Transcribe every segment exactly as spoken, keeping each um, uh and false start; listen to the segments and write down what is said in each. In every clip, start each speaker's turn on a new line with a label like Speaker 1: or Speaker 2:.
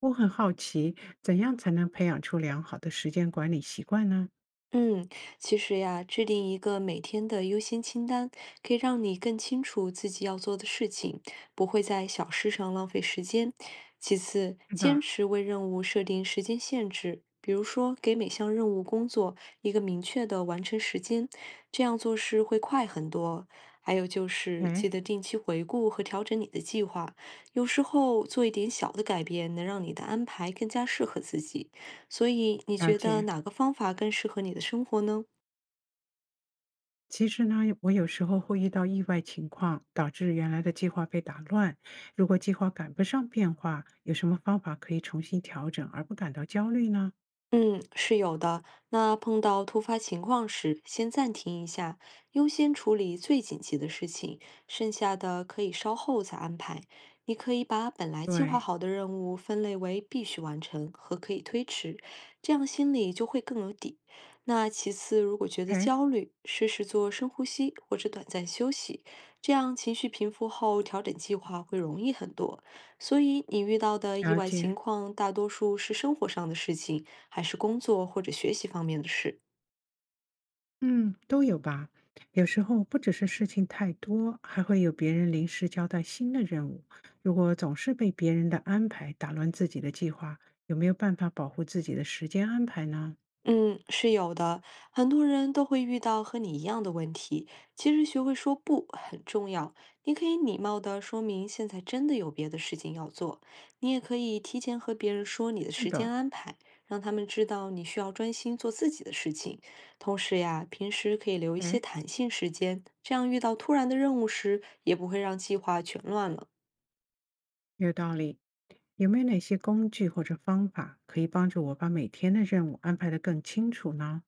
Speaker 1: 我很好奇，怎样才能培养出良好的时间管理习惯呢？
Speaker 2: 嗯，其实呀，制定一个每天的优先清单，可以让你更清楚自己要做的事情，不会在小事上浪费时间。其次，
Speaker 1: 是
Speaker 2: 坚
Speaker 1: 的，
Speaker 2: 持为任务设定时间限制，比如说给每项任务工作一个明确的完成时间，这样做事会快很多。还有就是
Speaker 1: 哎，
Speaker 2: 记得定期回顾和调整你的计划，有时候做一点小的改变，能让你的安排更加适合自己。所以你
Speaker 1: 了
Speaker 2: 觉得
Speaker 1: 解。
Speaker 2: 哪个方法更适合你的生活呢？
Speaker 1: 其实呢，我有时候会遇到意外情况，导致原来的计划被打乱。如果计划赶不上变化，有什么方法可以重新调整而不感到焦虑呢？
Speaker 2: 嗯，是有的。那碰到突发情况时，先暂停一下，优先处理最紧急的事情，剩下的可以稍后再安排。你可以把本来计划
Speaker 1: 对，
Speaker 2: 好的任务分类为必须完成和可以推迟，这样心里就会更有底。那其次，如果觉得
Speaker 1: 哎，
Speaker 2: 焦虑，试试做深呼吸或者短暂休息，这样情绪平复后调整计划会容易很多。所以你遇到的意
Speaker 1: 了
Speaker 2: 外
Speaker 1: 解。
Speaker 2: 情况，大多数是生活上的事情。还是工作或者学习方面的事？
Speaker 1: 嗯，都有吧。有时候不只是事情太多，还会有别人临时交代新的任务。如果总是被别人的安排打乱自己的计划，有没有办法保护自己的时间安排呢？
Speaker 2: 嗯，是有的，很多人都会遇到和你一样的问题。其实学会说不很重要，你可以礼貌的说明现在真的有别的事情要做，你也可以提前和别人说你的
Speaker 1: 是
Speaker 2: 时
Speaker 1: 的，
Speaker 2: 间安排，让他们知道你需要专心做自己的事情。同时呀，平时可以留一些
Speaker 1: 哎，
Speaker 2: 弹性时间，这样遇到突然的任务时，也不会让计划全乱了。
Speaker 1: 有道理。有没有哪些工具或者方法可以帮助我把每天的任务安排得更清楚呢？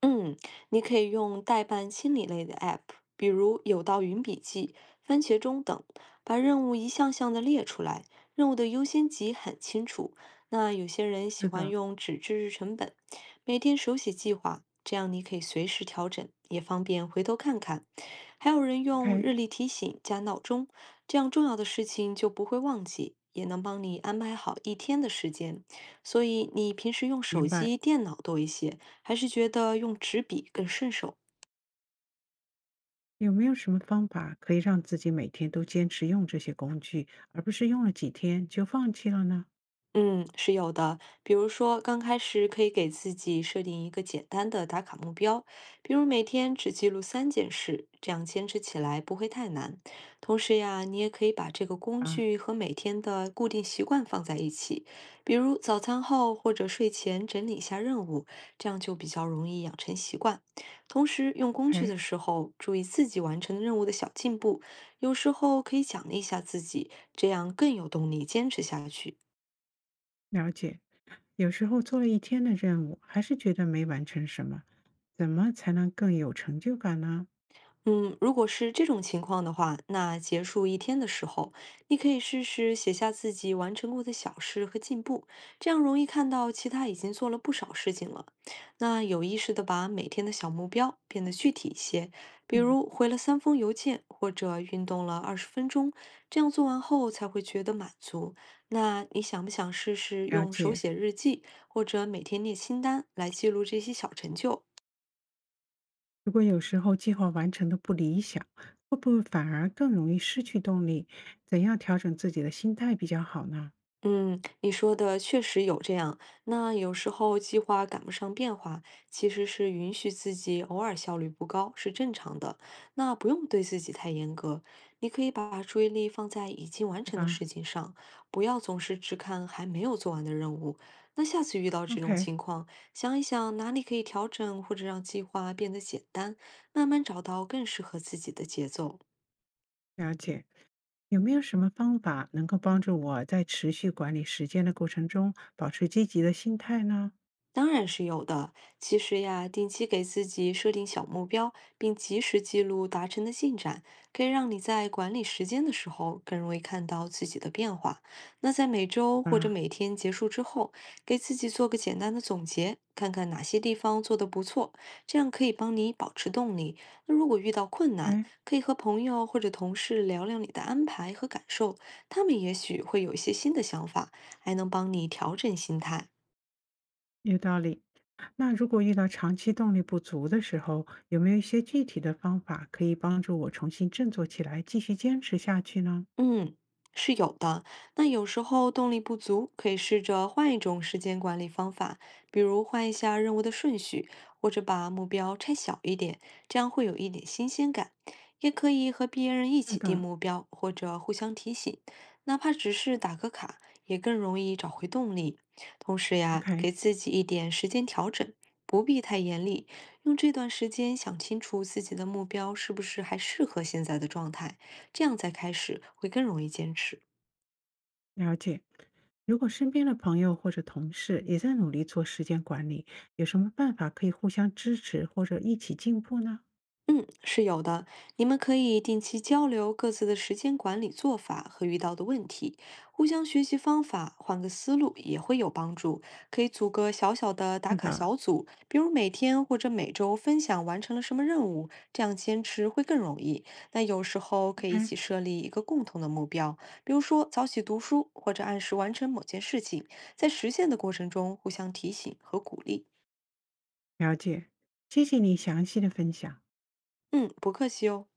Speaker 2: 嗯，你可以用代办清理类的 App，比如有道云笔记、番茄钟等，把任务一项项的列出来，任务的优先级很清楚。那有些人喜
Speaker 1: 是
Speaker 2: 欢
Speaker 1: 的
Speaker 2: 用纸质日程本，每天手写计划，这样你可以随时调整，也方便回头看看。还有人用
Speaker 1: ，OK，
Speaker 2: 日历提醒加闹钟，这样重要的事情就不会忘记。也能帮你安排好一天的时间，所以你平时用手
Speaker 1: 明白。
Speaker 2: 机、电脑多一些，还是觉得用纸笔更顺手？
Speaker 1: 有没有什么方法可以让自己每天都坚持用这些工具，而不是用了几天就放弃了呢？
Speaker 2: 嗯，是有的。比如说，刚开始可以给自己设定一个简单的打卡目标，比如每天只记录三件事，这样坚持起来不会太难。同时呀，你也可以把这个工
Speaker 1: 啊
Speaker 2: 具和每天的固定习惯放在一起，比如早餐后或者睡前整理一下任务，这样就比较容易养成习惯。同时，用工具的
Speaker 1: ，OK。
Speaker 2: 时候，注意自己完成任务的小进步，有时候可以奖励一下自己，这样更有动力坚持下去。
Speaker 1: 了解，有时候做了一天的任务，还是觉得没完成什么，怎么才能更有成就感呢？
Speaker 2: 嗯，如果是这种情况的话，那结束一天的时候，你可以试试写下自己完成过的小事和进步，这样容易看到其他已经做了不少事情了。那有意识的把每天的小目标变得具体一些，比
Speaker 1: 嗯，
Speaker 2: 如回了三封邮件，或者运动了二十分钟，这样做完后才会觉得满足。那你想不想试试
Speaker 1: 了
Speaker 2: 用手
Speaker 1: 解，
Speaker 2: 写日记，或者每天列清单来记录这些小成就？
Speaker 1: 如果有时候计划完成的不理想，会不会反而更容易失去动力？怎样调整自己的心态比较好呢？
Speaker 2: 嗯，你说的确实有这样。那有时候计划赶不上变化，其实是允许自己偶尔效率不高，是正常的。那不用对自己太严格，你可以把注意力放在已经完
Speaker 1: 是
Speaker 2: 成的
Speaker 1: 吧
Speaker 2: 事情上，不要总是只看还没有做完的任务。那下次遇到这种
Speaker 1: ？OK，
Speaker 2: 情况，想一想哪里可以调整，或者让计划变得简单，慢慢找到更适合自己的节奏。
Speaker 1: 了解。有没有什么方法能够帮助我在持续管理时间的过程中保持积极的心态呢？
Speaker 2: 当然是有的。其实呀，定期给自己设定小目标，并及时记录达成的进展，可以让你在管理时间的时候更容易看到自己的变化。那在每
Speaker 1: 是
Speaker 2: 周或者
Speaker 1: 吧？
Speaker 2: 每天结束之后，给自己做个简单的总结，看看哪些地方做得不错，这样可以帮你保持动力。那如果遇到困难，
Speaker 1: 哎，
Speaker 2: 可以和朋友或者同事聊聊你的安排和感受，他们也许会有一些新的想法，还能帮你调整心态。
Speaker 1: 有道理。那如果遇到长期动力不足的时候，有没有一些具体的方法可以帮助我重新振作起来，继续坚持下去呢？
Speaker 2: 嗯，是有的。那有时候动力不足，可以试着换一种时间管理方法，比如换一下任务的顺序，或者把目标拆小一点，这样会有一点新鲜感。也可以和别人一
Speaker 1: 是
Speaker 2: 起定
Speaker 1: 的
Speaker 2: 目标，或者互相提醒，哪怕只是打个卡，也更容易找回动力。同时呀，
Speaker 1: ，OK，
Speaker 2: 给自己一点时间调整，不必太严厉，用这段时间想清楚自己的目标是不是还适合现在的状态。这样再开始会更容易坚持。
Speaker 1: 了解。如果身边的朋友或者同事也在努力做时间管理，有什么办法可以互相支持或者一起进步呢？
Speaker 2: 嗯，是有的。你们可以定期交流各自的时间管理做法和遇到的问题，互相学习方法，换个思路也会有帮助。可以组个小小的打
Speaker 1: 是
Speaker 2: 卡
Speaker 1: 的
Speaker 2: 小组，比如每天或者每周分享完成了什么任务，这样坚持会更容易。那有时候可以一
Speaker 1: ，OK，
Speaker 2: 起设立一个共同的目标，比如说早起读书或者按时完成某件事情，在实现的过程中互相提醒和鼓励。
Speaker 1: 了解。谢谢你详细的分享。
Speaker 2: 嗯，不客气哦。